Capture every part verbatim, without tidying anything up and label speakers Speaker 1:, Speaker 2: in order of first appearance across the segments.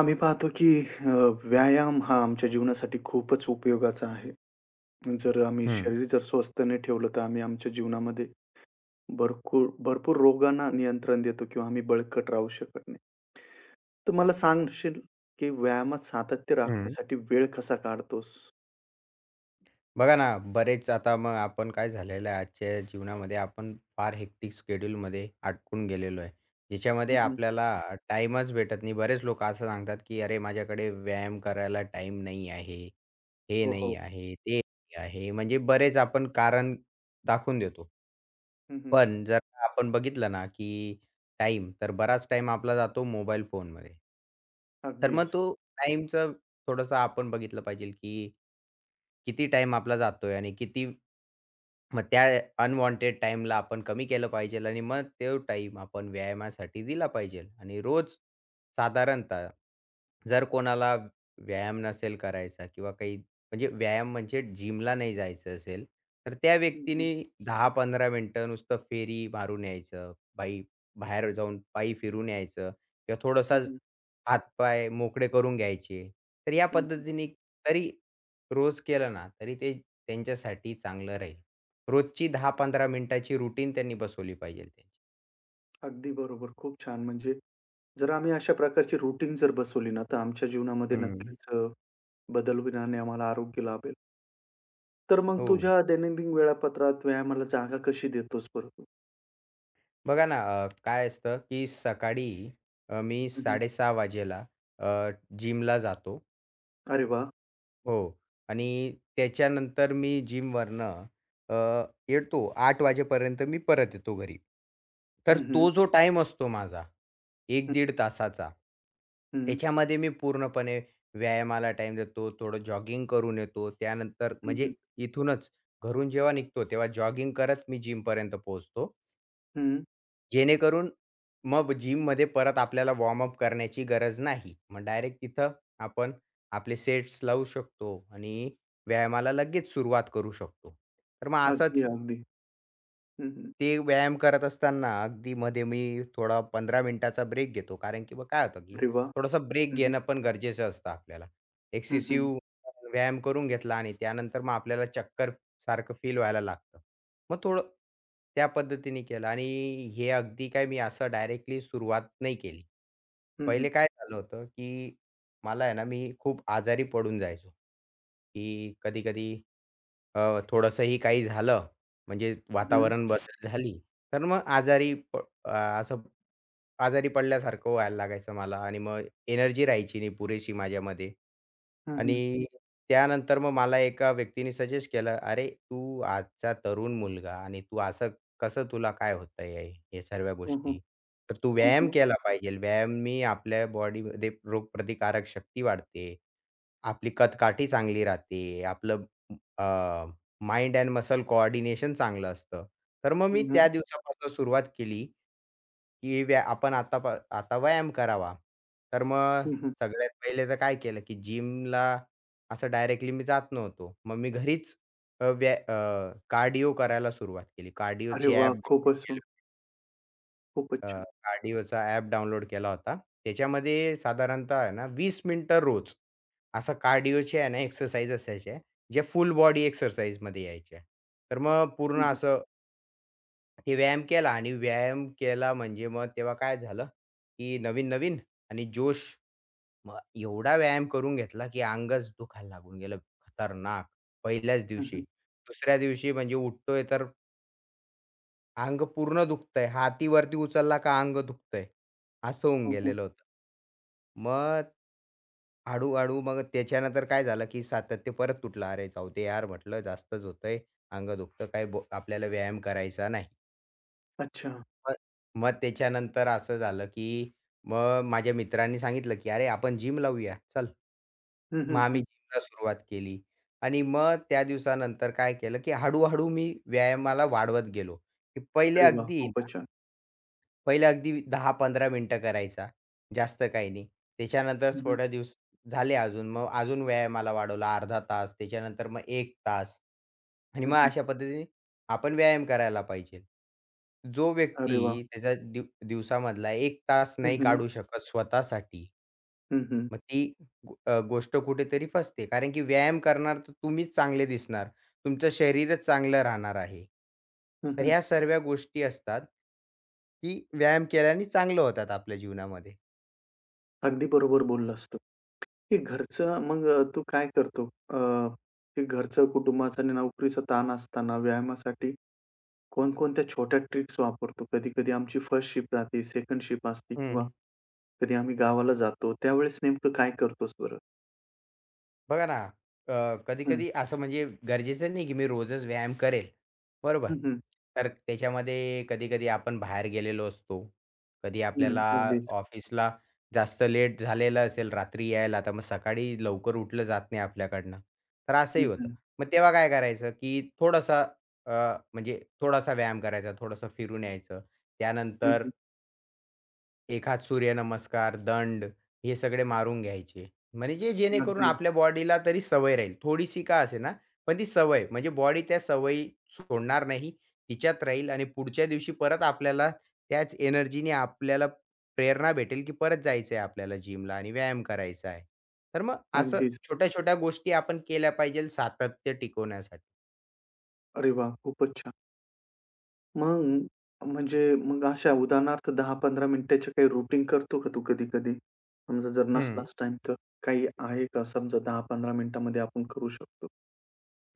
Speaker 1: आम्ही पाहतो की अ, व्यायाम हा आमच्या जीवनासाठी खूपच उपयोगाचा आहे. जर आम्ही
Speaker 2: हं,
Speaker 1: शरीर जर स्वस्थ नाही ठेवलं, तर आम्ही आमच्या जीवनामध्ये भरपूर भरपूर रोगांना नियंत्रण देतो किंवा आम्ही बळकट राहू शकत नाही. तर मला सांगशील की व्यायामात सातत्य
Speaker 2: हं.
Speaker 1: राखण्यासाठी वेळ कसा काढतोस?
Speaker 2: बघा ना, बरेच आता मग आपण काय झालेलं आहे आजच्या जीवनामध्ये आपण फार हेक्टिक शेड्यूलमध्ये अडकून गेलेलो आहे. ज्याच्यामध्ये
Speaker 1: हं,
Speaker 2: आपल्याला अ, टाईमच भेटत नाही. बरेच लोकं असं सांगतात, की "अरे, माझ्याकडे व्यायाम करायला टाईम नाही आहे. हे
Speaker 1: हो, हो.
Speaker 2: नाही आहे, ते नाही आहे." म्हणजे बरेच आपण कारण दाखवून देतो.
Speaker 1: हं,
Speaker 2: पण जर आपण बघितलं ना, की टाईम तर बराच टाईम आपला जातो मोबाईल फोनमध्ये. तर
Speaker 1: अगदीच.
Speaker 2: मग तो टाईमचं थोडंसं आपण बघितलं पाहिजे, की किती टाईम आपला जातोय आणि किती मग त्या अनवॉन्टेड टाईमला आपण कमी केलं पाहिजे आणि मग तो टाईम आपण व्यायामासाठी दिला पाहिजे आणि रोज साधारणतः जर कोणाला व्यायाम नसेल करायचा किंवा काही म्हणजे व्यायाम म्हणजे जिमला नाही जायचं असेल, तर त्या
Speaker 1: हं, हं.
Speaker 2: व्यक्तीने दहा ते पंधरा मिनिटं नुसतं फेरी मारून यायचं. पायी बाहेर जाऊन पायी फिरून यायचं किंवा थोडासा
Speaker 1: हं,
Speaker 2: हातपाय मोकळे करून घ्यायचे. तर या पद्धतीने तरी रोज केलं ना, तरी ते त्यांच्यासाठी चांगलं राहील. रोजची दहा ते पंधरा मिनिटाची रुटीन त्यांनी बसवली पाहिजे त्यांची.
Speaker 1: अगदी बरोबर. खूप छान. म्हणजे जर आम्ही अशा प्रकारची रुटीन जर बसवली ना, तर आमच्या जीवनामध्ये
Speaker 2: हं.
Speaker 1: नक्कीच अ, बदल होईल आणि आम्हाला आरोग्य लाभेल. तर मग
Speaker 2: हो.
Speaker 1: तुझ्या दैनंदिन वेळापत्रात व्यायामाला जागा कशी देतोस बरं तू?
Speaker 2: बघा ना, अ, काय असतं, की सकाळी अ, मी
Speaker 1: हं, हं.
Speaker 2: साडेसहा वाजेला अ, जिमला जातो.
Speaker 1: अरे वाह!
Speaker 2: हो. आणि त्याच्यानंतर मी जिमवरनं अ, येतो आठ वाजेपर्यंत मी परत येतो घरी. तर
Speaker 1: हं, हं.
Speaker 2: तो जो टाईम असतो माझा एक दीड तासाचा,
Speaker 1: हं, हं.
Speaker 2: त्याच्यामध्ये मी पूर्णपणे व्यायामाला टाईम देतो, थोडं जॉगिंग करून येतो. त्यानंतर
Speaker 1: हं, हं.
Speaker 2: म्हणजे इथूनच घरून जेव्हा निघतो तेव्हा जॉगिंग करत मी जिमपर्यंत पोहोचतो.
Speaker 1: हं.
Speaker 2: जेणेकरून मग जिममध्ये परत आपल्याला वॉर्मअप करण्याची गरज नाही. मग डायरेक्ट तिथं आपण आपले सेट्स लावू शकतो आणि व्यायामाला लगेच सुरुवात करू शकतो. तर मग
Speaker 1: अगदी,
Speaker 2: असंच
Speaker 1: अगदी. हं, हं.
Speaker 2: ते व्यायाम करत असताना अगदी मध्ये मी थोडा पंधरा मिनिटाचा ब्रेक घेतो. कारण की मग काय होतं, की
Speaker 1: अरे वाह!
Speaker 2: थोडासा ब्रेक
Speaker 1: हं, हं.
Speaker 2: घेणं पण गरजेचं असतं आपल्याला.
Speaker 1: हं, हं.
Speaker 2: एक्सेसिव्ह व्यायाम करून घेतला आणि त्यानंतर मग आपल्याला चक्कर सारखं फील व्हायला लागतं. मग थोडं त्या पद्धतीने केलं आणि हे अगदी काय मी असं डायरेक्टली सुरुवात नाही केली.
Speaker 1: हं, हं.
Speaker 2: पहिले काय झालं होतं, की मला आहे ना, मी खूप आजारी पडून जायचो, की कधी-कधी अ, थोडंसंही काही झालं म्हणजे
Speaker 1: हं.
Speaker 2: वातावरण बदल झाली, तर मग आजारी प अ, असं आजारी पडल्यासारखं व्हायला लागायचं मला आणि मग एनर्जी राहायची नाही पुरेशी माझ्यामध्ये.
Speaker 1: हं, हं.
Speaker 2: आणि त्यानंतर मग मला एका व्यक्तीने सजेस्ट केलं, "अरे, तू आजचा तरुण मुलगा आणि तू असं कसं तुला काय होतंय आहे हे सर्व
Speaker 1: हं, हं.
Speaker 2: गोष्टी? तर तू
Speaker 1: हं,
Speaker 2: व्यायाम
Speaker 1: हं.
Speaker 2: केला पाहिजे. व्यायामाने आपल्या बॉडीमध्ये रोगप्रतिकारक शक्ती वाढते. आपली कदकाठी चांगली राहते. आपलं माइंड एंड मसल कोऑर्डिनेशन चांगलं असतं." तर मग मी
Speaker 1: हं, हं.
Speaker 2: त्या दिवसापासून सुरुवात केली की व्या आपण आता प आता व्यायाम करावा. तर मग
Speaker 1: हं, हं.
Speaker 2: सगळ्यात पहिले तर काय केलं, की जिमला असं डायरेक्टली मी जात नव्हतो. मग मी घरीच अ, व्या कार्डिओ करायला सुरुवात केली.
Speaker 1: अरे
Speaker 2: कार्डिओची ॲप
Speaker 1: वाह!
Speaker 2: डाउनलोड
Speaker 1: खूपच
Speaker 2: केली
Speaker 1: सुंदर. खूपच छान.
Speaker 2: कार्डिओचा ॲप डाउनलोड केला होता. त्याच्यामध्ये साधारणतः आहे ना वीस मिनिटं रोज असं कार्डिओची आहे ना एक्सरसाइज असायच्या, जे फुल बॉडी एक्सरसाइजमध्ये यायच्या. तर मग
Speaker 1: हं,
Speaker 2: पूर्ण
Speaker 1: हं.
Speaker 2: असं ते व्यायाम केला आणि व्यायाम केला म्हणजे मग तेव्हा काय झालं, की नवीन-नवीन आणि जोश. मग एवढा व्यायाम करून घेतला, की अंगच दुखायला लागून गेलं खतरनाक पहिल्याच
Speaker 1: हं,
Speaker 2: दिवशी.
Speaker 1: हं.
Speaker 2: दुसऱ्या दिवशी म्हणजे उठतोय तर अंग पूर्ण दुखतंय. हाती वरती उचलला का अंग दुखतंय. असं होऊन
Speaker 1: हं, हं.
Speaker 2: गेलेलं होतं. मग हळू-हळू मग त्याच्यानंतर काय झालं, की सातत्य परत तुटलं. "अरे जाऊ दे यार," म्हटलं, "जास्तच होतंय. अंग दुखतं. काही बो आपल्याला व्यायाम करायचा नाही."
Speaker 1: अच्छा.
Speaker 2: मग मग त्याच्यानंतर असं झालं, की मग माझ्या मित्रांनी सांगितलं, की "अरे, आपण जिम लावूया, चल."
Speaker 1: हं,
Speaker 2: मग
Speaker 1: हं.
Speaker 2: आम्ही
Speaker 1: हं.
Speaker 2: जिमला सुरुवात केली आणि मग त्या दिवसानंतर काय केलं, की हळू-हळू मी व्यायामाला वाढवत गेलो, की पहिले
Speaker 1: अरे वाह!
Speaker 2: अगदी
Speaker 1: खूपच छान.
Speaker 2: पहिलं अगदी दहा ते पंधरा मिनिटं करायचा. जास्त काही नाही. त्याच्यानंतर
Speaker 1: हं, हं.
Speaker 2: थोड्या दिवस झाले अजून, मग अजून व्यायामाला वाढवला अर्धा तास, त्याच्यानंतर मग एक तास आणि
Speaker 1: हं,
Speaker 2: मग
Speaker 1: हं.
Speaker 2: अशा पद्धतीने आपण व्यायाम करायला पाहिजे. जो
Speaker 1: अरे
Speaker 2: व्यक्ती
Speaker 1: वाह!
Speaker 2: त्याचा दिव दिवसामधला एक तास
Speaker 1: हं,
Speaker 2: नाही
Speaker 1: हं.
Speaker 2: काढू शकत स्वतःसाठी
Speaker 1: हं, हं.
Speaker 2: मग ती गो अ, गोष्ट कुठेतरी फसते. कारण की व्यायाम करणार तर तुम्हीच चांगले दिसणार. तुमचं शरीरच चांगलं राहणार आहे.
Speaker 1: हं,
Speaker 2: तर
Speaker 1: हं.
Speaker 2: ह्या सर्व गोष्टी असतात, की व्यायाम केल्याने चांगलं होतात आपल्या जीवनामध्ये.
Speaker 1: अगदी बरोबर बोललास तू. हे घरचं मग अ, तू काय करतो? अ, हे घरचं, कुटुंबाचा आणि नोकरीचा ताण असताना व्यायामासाठी कोणकोणत्या छोट्या ट्रिक्स वापरतो? कधी-कधी आमची फर्स्ट शिफ्ट राहते, सेकंड शिफ्ट असते किंवा
Speaker 2: हं.
Speaker 1: कधी आम्ही गावाला जातो. त्यावेळेस नेमकं काय करतोस बरं?
Speaker 2: बघा ना, अ,
Speaker 1: हं,
Speaker 2: कधी-कधी असं म्हणजे गरजेचं नाही, की मी रोजच व्यायाम करेल, बरोबर.
Speaker 1: हं, हं,
Speaker 2: तर त्याच्यामध्ये कधी-कधी आपण बाहेर गेलेलो असतो. कधी
Speaker 1: हं.
Speaker 2: आपल्याला
Speaker 1: अगदीच.
Speaker 2: ऑफिसला जास्त लेट झालेलं असेल रात्री यायला, तर मग सकाळी लवकर उठलं जात नाही आपल्याकडनं. तर असंही
Speaker 1: हं,
Speaker 2: होतं.
Speaker 1: हं.
Speaker 2: मग तेव्हा काय करायचं, की थोडासा अ, म्हणजे थोडासा व्यायाम करायचा, थोडंसं फिरून यायचं.
Speaker 1: हं,
Speaker 2: त्यानंतर
Speaker 1: हं.
Speaker 2: एखाद सूर्यनमस्कार, दंड हे सगळे मारून घ्यायचे. म्हणजे जेणेकरून
Speaker 1: अगदी,
Speaker 2: आपल्या बॉडीला तरी सवय राहील. थोडीशी का असेना, पण ती सवय म्हणजे बॉडी त्या सवयी सोडणार नाही. तिच्यात राहील आणि पुढच्या दिवशी परत आपल्याला त्याच एनर्जीने आपल्याला प्रेरणा भेटेल, की परत जायचं आहे आपल्याला जिमला आणि व्यायाम करायचा आहे. तर मग असं
Speaker 1: अगदीच.
Speaker 2: छोट्या-छोट्या गोष्टी आपण केल्या पाहिजेल सातत्य टिकवण्यासाठी.
Speaker 1: अरे वाह! खूपच छान. मग म्हणजे मग अशा उदाहरणार्थ दहा ते पंधरा मिनिटाच्या काही रुटीन करतो का तू कधी-कधी? समजा जर
Speaker 2: हं.
Speaker 1: नसलाच टाईम तर? काही आहे का समजा दहा ते पंधरा मिनिटामध्ये आपण करू शकतो?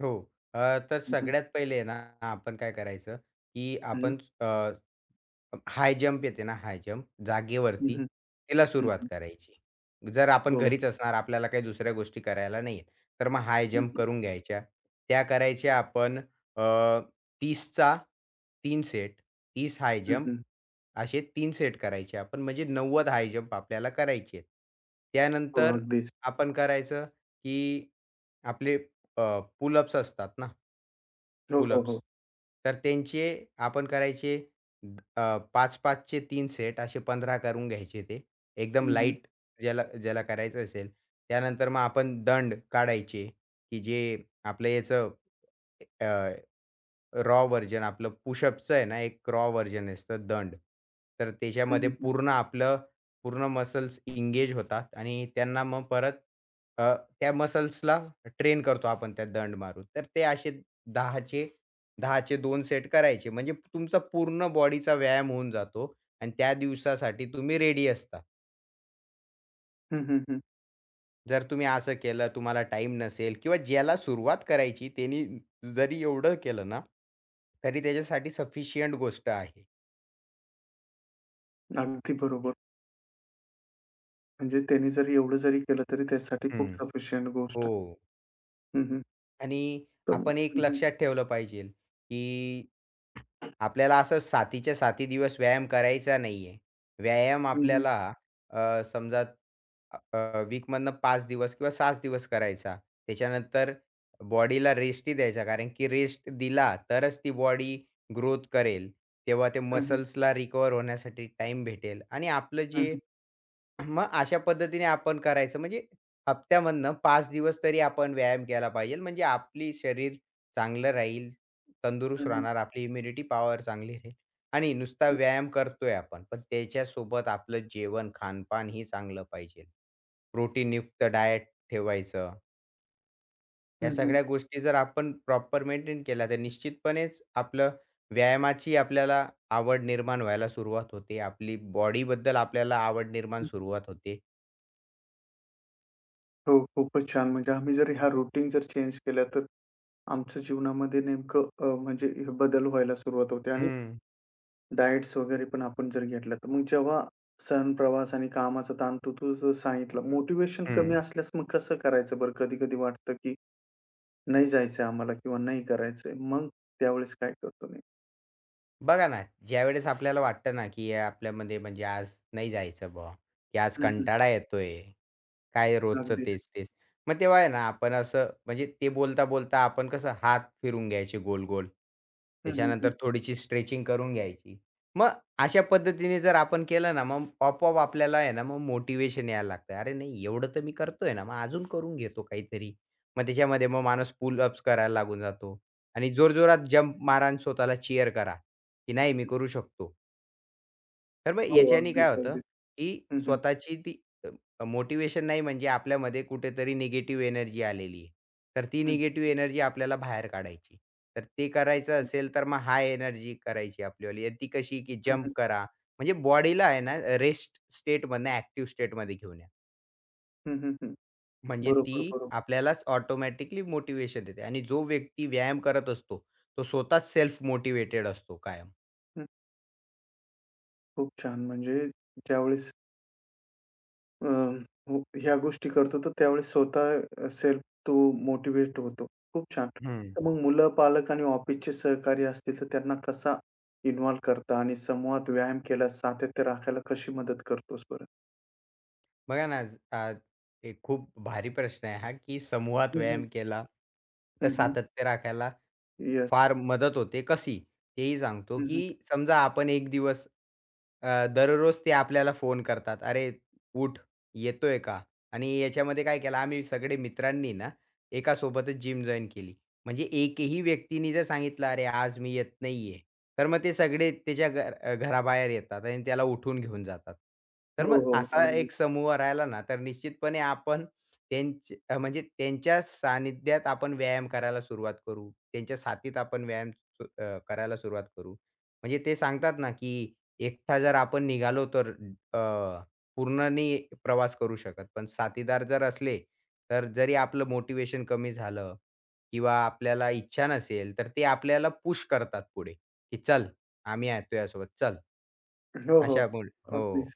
Speaker 2: हो. अ, तर
Speaker 1: हं, हं.
Speaker 2: सगळ्यात पहिले ना आपण काय करायचं, की
Speaker 1: हं,
Speaker 2: आपण हाय जंप येते ना, हाय जंप
Speaker 1: हं,
Speaker 2: जागेवरती
Speaker 1: हं,
Speaker 2: तिला
Speaker 1: हं,
Speaker 2: सुरुवात
Speaker 1: हं.
Speaker 2: करायची. जर आपण
Speaker 1: हो.
Speaker 2: घरीच असणार, आपल्याला काही दुसऱ्या गोष्टी करायला नाही आहेत, तर मग हाय
Speaker 1: हं,
Speaker 2: जंप
Speaker 1: हं.
Speaker 2: करून घ्यायच्या. त्या करायच्या आपण अ, 30चा तीन सेट, तीस हाय
Speaker 1: हं,
Speaker 2: जंप
Speaker 1: हं.
Speaker 2: असे तीन सेट करायचे आपण, म्हणजे नव्वद हाय जंप आपल्याला करायचे आहेत.
Speaker 1: हो,
Speaker 2: त्यानंतर
Speaker 1: अगदीच.
Speaker 2: आपण करायचं, की आपले अ, असतात ना
Speaker 1: हो, हो,
Speaker 2: पुलअप्स.
Speaker 1: हो.
Speaker 2: तर त्यांचे आपण करायचे द- अ, पाच 5 चे तीन सेट असे पंधरा करून घ्यायचे ते. एकदम
Speaker 1: हं, हं.
Speaker 2: लाईट ज्याला ज्याला करायचं असेल. त्यानंतर मग आपण दंड काढायचे, की जे आपलं याचं रॉ व्हर्जन आपलं पुशअपचं आहे ना, एक रॉ व्हर्जन असतं दंड. तर
Speaker 1: हं,
Speaker 2: त्याच्यामध्ये
Speaker 1: हं, हं.
Speaker 2: पूर्ण आपलं पूर्ण मसल्स इंगेज होतात आणि त्यांना मग परत अ, त्या मसल्सला ट्रेन करतो आपण त्या दंड मारून. तर ते असे 10चे 10चे दोन सेट करायचे. म्हणजे तुमचा पूर्ण बॉडीचा व्यायाम होऊन जातो आणि त्या दिवसासाठी तुम्ही रेडी असता.
Speaker 1: हं, हं, हं.
Speaker 2: जर तुम्ही असं केलं, तुम्हाला टाईम नसेल किंवा ज्याला सुरुवात करायची त्यानी जरी एवढं केलं ना, तरी त्याच्यासाठी सफिशियंट गोष्ट आहे.
Speaker 1: अगदी बरोबर. म्हणजे त्याने जरी एवढं जरी केलं तरी त्याच्यासाठी
Speaker 2: हं,
Speaker 1: खूप सफिशियंट गोष्ट आहे.
Speaker 2: हो.
Speaker 1: हं, हं.
Speaker 2: आणि
Speaker 1: तर
Speaker 2: आपण एक
Speaker 1: हं,
Speaker 2: लक्षात ठेवलं पाहिजे, की आपल्याला असं सातीच्या साती दिवस व्यायाम करायचा नाहीये. व्यायाम
Speaker 1: हं.
Speaker 2: आपल्याला अ, समजा अ, अ, वीकमधनं पाच दिवस किंवा सहा दिवस करायचा. त्याच्यानंतर बॉडीला रेस्टही द्यायचा. कारण की रेस्ट दिला तरच ती बॉडी ग्रोथ करेल. तेव्हा ते
Speaker 1: हं, हं.
Speaker 2: मसल्सला रिकव्हर होण्यासाठी टाईम भेटेल आणि आपलं
Speaker 1: हं,
Speaker 2: जे
Speaker 1: हं.
Speaker 2: मग अशा पद्धतीने आपण करायचं. म्हणजे हप्त्यामधनं पाच दिवस तरी आपण व्यायाम केला पाहिजे. म्हणजे आपली शरीर चांगलं राहील, तंदुरुस्त
Speaker 1: हं, हं.
Speaker 2: राहणार, आपली इम्युनिटी पॉवर चांगली राहील आणि नुसता व्यायाम करतोय आपण, पण त्याच्यासोबत आपलं जेवण, खानपान ही चांगलं पाहिजे. प्रोटीनयुक्त डायट ठेवायचं.
Speaker 1: हं,
Speaker 2: ह्या
Speaker 1: हं. हं,
Speaker 2: सगळ्या गोष्टी जर आपण प्रॉपर मेंटेन केल्या, तर निश्चितपणेच आपलं व्यायामाची आपल्याला आवड निर्माण व्हायला सुरुवात होते. आपली बॉडीबद्दल आपल्याला आवड निर्माण
Speaker 1: हं.
Speaker 2: सुरुवात होते.
Speaker 1: हो, खूपच छान. म्हणजे आम्ही जर ह्या रूटीन जर चेंज केल्या तर आमच्या जीवनामध्ये नेमकं अ, म्हणजे हे बदल व्हायला सुरुवात होते आणि
Speaker 2: हं.
Speaker 1: डाएट्स वगैरे पण आपण जर घेतल्या, तर मग जेव्हा सण, प्रवास आणि कामाचा ताण तू तुझं सांगितलं, मोटिवेशन कमी
Speaker 2: हं.
Speaker 1: असल्यास मग कसं करायचं बरं? कधी-कधी वाटतं, की नाही जायचंय आम्हाला किंवा नाही करायचंय. मग त्यावेळेस काय करतो मी?
Speaker 2: बघा ना, ज्यावेळेस आपल्याला वाटतं ना, की या आपल्यामध्ये म्हणजे आज नाही जायचं बुवा, की आज
Speaker 1: हं, हं.
Speaker 2: कंटाळा येतोय, काय रोजचं
Speaker 1: अगदीच.
Speaker 2: तेच-तेच. मग तेव्हा आहे ना आपण असं म्हणजे ते बोलता-बोलता आपण कसं हात फिरून घ्यायचे गोल-गोल.
Speaker 1: हं, हं, हं,
Speaker 2: त्याच्यानंतर थोडीशी स्ट्रेचिंग करून घ्यायची. मग अशा पद्धतीने जर आपण केलं ना, मग आपोआप आपल्याला आहे ना, मग मोटिवेशन यायला लागतं. अरे नाही एवढं तर मी करतोय ना, मग अजून करून घेतो काहीतरी. मग त्याच्यामध्ये मग माणूस पुल अप्स करायला लागून जातो आणि जोरजोरात जंप मारा आणि स्वतःला चीअर करा, की नाही मी
Speaker 1: हं,
Speaker 2: करू शकतो. तर मग
Speaker 1: हो,
Speaker 2: याच्याने काय
Speaker 1: अगदीच,
Speaker 2: होतं,
Speaker 1: अगदीच.
Speaker 2: की
Speaker 1: हं, हं.
Speaker 2: स्वतःची ती अ, मोटिव्हेशन नाही म्हणजे आपल्यामध्ये कुठेतरी निगेटिव्ह एनर्जी आलेली आहे. तर ती
Speaker 1: हं,
Speaker 2: निगेटिव्ह
Speaker 1: हं.
Speaker 2: एनर्जी आपल्याला बाहेर काढायची. तर ते करायचं
Speaker 1: अगदी.
Speaker 2: असेल तर मग हाय एनर्जी करायची आपलीवाली आणि ती कशी, की
Speaker 1: हं,
Speaker 2: जंप
Speaker 1: हं.
Speaker 2: करा. म्हणजे बॉडीला आहे ना रेस्ट स्टेटमधनं ॲक्टिव्ह स्टेटमध्ये घेऊन या.
Speaker 1: हं, हं, हं.
Speaker 2: म्हणजे
Speaker 1: बरोबर,
Speaker 2: ती
Speaker 1: बरोबर.
Speaker 2: आपल्यालाच ऑटोमॅटिकली मोटिव्हेशन देते आणि जो व्यक्ती व्यायाम करत असतो, तो स्वतःच सेल्फ मोटिव्हेटेड असतो कायम.
Speaker 1: हं. खूप छान. म्हणजे ज्यावेळेस अ, हो, ह्या गोष्टी करतो, तर त्यावेळेस स्वतः सेल्फ तो मोटिव्हेट होतो. खूप छान. तर मग मुलं, पालक आणि ऑफिसचे सहकारी असतील, तर त्यांना कसा इन्व्हॉल्व करता आणि समूहात व्यायाम केल्यास सातत्य राखायला कशी मदत करतोस बरं?
Speaker 2: बघा ना, आज आ, एक खूप भारी प्रश्न आहे हा, की समूहात
Speaker 1: हं, हं.
Speaker 2: व्यायाम केला तर
Speaker 1: हं, हं.
Speaker 2: सातत्य राखायला
Speaker 1: येस.
Speaker 2: फार मदत होते. कशी? तेही सांगतो,
Speaker 1: हं,
Speaker 2: की
Speaker 1: हं.
Speaker 2: समजा आपण एक दिवस अ, दररोज ते आपल्याला फोन करतात, "अरे, उठ, येतोय का?" आणि याच्यामध्ये काय केलं, आम्ही सगळे मित्रांनी ना एका सोबतच जिम जॉइन केली. म्हणजे एकही व्यक्तीने जर सांगितलं, "अरे, आज मी येत नाहीये," तर मग ते सगळे त्याच्या घर अ, घराबाहेर येतात आणि त्याला उठून घेऊन जातात. तर
Speaker 1: हो,
Speaker 2: मग
Speaker 1: हो.
Speaker 2: असा
Speaker 1: अगदी.
Speaker 2: एक समूह राहिला ना, तर निश्चितपणे आपण त्यांच अ, म्हणजे त्यांच्या सानिध्यात आपण व्यायाम करायला सुरुवात करू. त्यांच्या साथीत आपण व्यायाम सु अ, करायला सुरुवात करू. म्हणजे ते सांगतात ना, की एकटा जर आपण निघालो तर अ, पूर्ण नाही प्रवास करू शकत. पण साथीदार जर असले, तर जरी आपलं मोटिव्हेशन कमी झालं किंवा आपल्याला इच्छा नसेल, तर ते आपल्याला पुश करतात पुढे, की "चल, आम्ही आहे तुझ्यासोबत, चल."
Speaker 1: हो, हो.
Speaker 2: अशा बोल हो.
Speaker 1: अगदीच.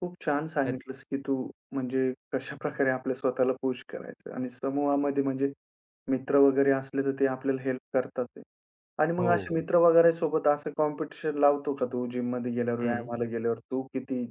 Speaker 1: खूप छान
Speaker 2: तर
Speaker 1: सांगितलंस, की तू म्हणजे कशाप्रकारे आपल्या स्वतःला पुश करायचं आणि समूहामध्ये म्हणजे मित्र वगैरे असले, तर ते आपल्याला हेल्प करतात ते. आणि मग
Speaker 2: हो.
Speaker 1: हं. असे मित्र वगैरे सोबत असं कॉम्पिटिशन लावतो का तू जिममध्ये गेल्यावर,
Speaker 2: हं.
Speaker 1: व्यायामाला गेल्यावर, तू किती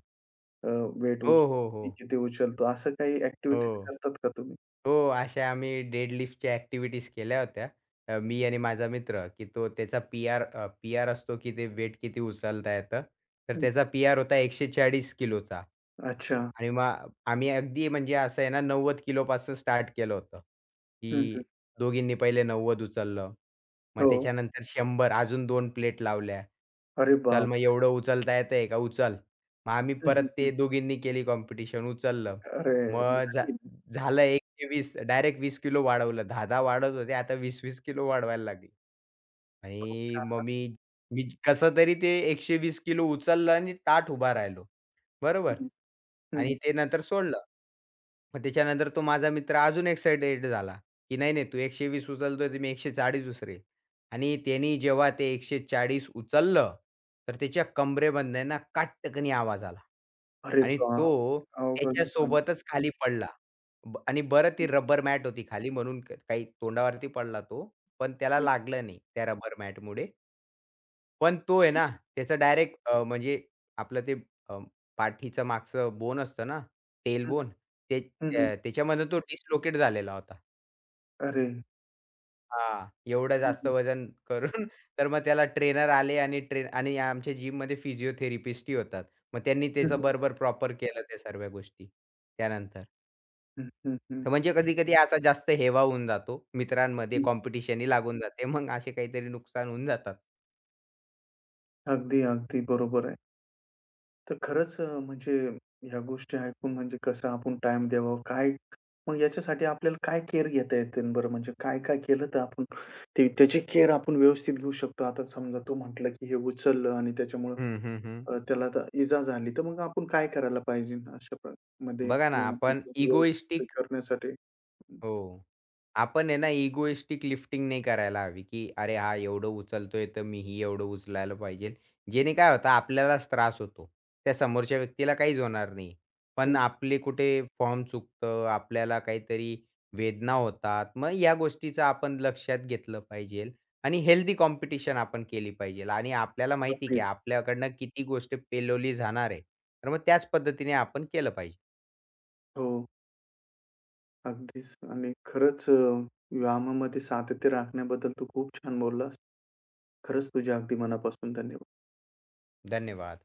Speaker 1: वेट
Speaker 2: हो,
Speaker 1: उचलतो,
Speaker 2: हो, हो.
Speaker 1: मी किती उचलतो, असं काही ॲक्टिव्हिटीज
Speaker 2: हो.
Speaker 1: करतात का तुम्ही?
Speaker 2: हो, अशा आम्ही डेडलिफ्टच्या ॲक्टिव्हिटीज केल्या होत्या. अ, मी आणि माझा मित्र, की तो त्याचा पी-आर पी-आर असतो, की ते वेट किती उचलता येतं. तर
Speaker 1: हं,
Speaker 2: त्याचा पी-आर होता एकशे चाळीस किलोचा.
Speaker 1: अच्छा.
Speaker 2: आणि मग आम्ही अगदी म्हणजे असं आहे ना नव्वद किलोपासून स्टार्ट केलं होतं,
Speaker 1: हं,
Speaker 2: की
Speaker 1: हं.
Speaker 2: दोघींनी पहिले नव्वद उचललं. मग
Speaker 1: हो.
Speaker 2: त्याच्यानंतर शंभर अजून दोन प्लेट लावल्या.
Speaker 1: अरे
Speaker 2: चल
Speaker 1: बाप!
Speaker 2: मग एवढं उचलता येतंय का? उचल. मग आम्ही
Speaker 1: हं, हं,
Speaker 2: परत ते
Speaker 1: हं.
Speaker 2: दोघींनी केली कॉम्पिटिशन उचललं.
Speaker 1: अरे
Speaker 2: मग
Speaker 1: भारी
Speaker 2: झालं एक ते वीस डायरेक्ट वीस किलो वाढवलं. दहा दहा वाढत होते. आता वीस वीस किलो वाढवायला लागले.
Speaker 1: खूप
Speaker 2: आणि
Speaker 1: छान
Speaker 2: मग
Speaker 1: ना.
Speaker 2: मी मी कसं तरी ते एकशे वीस किलो उचललं आणि ताठ उभा राहिलो.
Speaker 1: हं,
Speaker 2: बरोबर.
Speaker 1: हं.
Speaker 2: आणि ते नंतर सोडलं. मग त्याच्यानंतर तो माझा मित्र अजून एक्साइटेड झाला, की नाही, नाही, तू एकशे वीस उचलतोय तर मी एकशे चाळीस उचलेल. आणि त्यानी जेव्हा ते एकशे चाळीस उचललं, तर त्याच्या कंबरेमधनं काटकनी आवाज आला.
Speaker 1: अरे
Speaker 2: आणि
Speaker 1: बाप!
Speaker 2: तो
Speaker 1: अवघडच झालं.
Speaker 2: त्याच्यासोबतच खाली पडला. ब आणि
Speaker 1: हं,
Speaker 2: बरं ती
Speaker 1: हं,
Speaker 2: रबर मॅट होती खाली म्हणून क- काही तोंडावरती पडला तो, पण त्याला
Speaker 1: हं.
Speaker 2: लागलं नाही त्या रबर मॅटमुळे. पण तो आहे
Speaker 1: हं,
Speaker 2: ना, त्याचं डायरेक्ट अ, म्हणजे आपलं ते अ, पाठीचं मागचं बोन असतं ना,
Speaker 1: हं.
Speaker 2: तेलबोन, ते अ, त्याच्यामध्ये तो डिस्लोकेट झालेला होता.
Speaker 1: अरे!
Speaker 2: हां, एवढं
Speaker 1: हं,
Speaker 2: जास्त
Speaker 1: हं.
Speaker 2: वजन करून तर मग त्याला ट्रेनर आले आणि ट्रेन आणि आमच्या जिममध्ये फिजिओथेरपिस्टही होतात. मग त्यांनी
Speaker 1: हं,
Speaker 2: त्याचं
Speaker 1: हं.
Speaker 2: बरोबर प्रॉपर केलं त्या सर्व गोष्टी त्यानंतर.
Speaker 1: हं, हं, हं.
Speaker 2: तर म्हणजे कधी-कधी असा जास्त हेवा होऊन जातो. मित्रांमध्ये
Speaker 1: हं.
Speaker 2: कॉम्पिटिशनही लागून जाते. मग असे काहीतरी नुकसान होऊन जातात.
Speaker 1: अगदी, अगदी बरोबर आहे. तर खरंच अ, म्हणजे ह्या गोष्टी ऐकून म्हणजे कसं आपण टाईम द्यावा, काय मग याच्यासाठी आपल्याला काय केअर घेता येतील बरं? म्हणजे काय-काय केलं तर आपण ते त्याची केअर आपण व्यवस्थित घेऊ शकतो? आता समजा तू म्हटलं, की हे उचललं आणि त्याच्यामुळं
Speaker 2: हं, हं, हं.
Speaker 1: अ, त्याला आता इजा झाली, तर मग आपण काय करायला पाहिजे अशा प मध्ये
Speaker 2: बघा ना,
Speaker 1: किंवा
Speaker 2: आपण
Speaker 1: आपण व्यवस्थित
Speaker 2: इगोइस्टिक
Speaker 1: करण्यासाठी?
Speaker 2: हो. आपण आहे ना इगोइस्टिक लिफ्टिंग नाही करायला हवी, की "अरे, हा एवढं उचलतोय, तर मीही एवढं उचलायला पाहिजे." जेणे काय होतं आपल्यालाच त्रास होतो. त्या समोरच्या व्यक्तीला काहीच होणार नाही.
Speaker 1: हं,
Speaker 2: पण आपले कुठे फॉर्म चुकतं, आपल्याला काहीतरी वेदना होतात. मग या गोष्टीचं आपण लक्षात घेतलं पाहिजे आणि हेल्दी कॉम्पिटिशन आपण केली पाहिजे आणि आपल्याला माहिती की
Speaker 1: अगदीच.
Speaker 2: आपल्याकडनं किती गोष्ट पेलवली जाणार आहे. तर मग त्याच पद्धतीने आपण केलं पाहिजे.
Speaker 1: हो. अगदीच आणि खरंच अ, विवाहामध्ये सातत्य राखण्याबद्दल तू खूप छान बोललास. खरंच तुझ्या अगदी मनापासून धन्यवाद.
Speaker 2: धन्यवाद.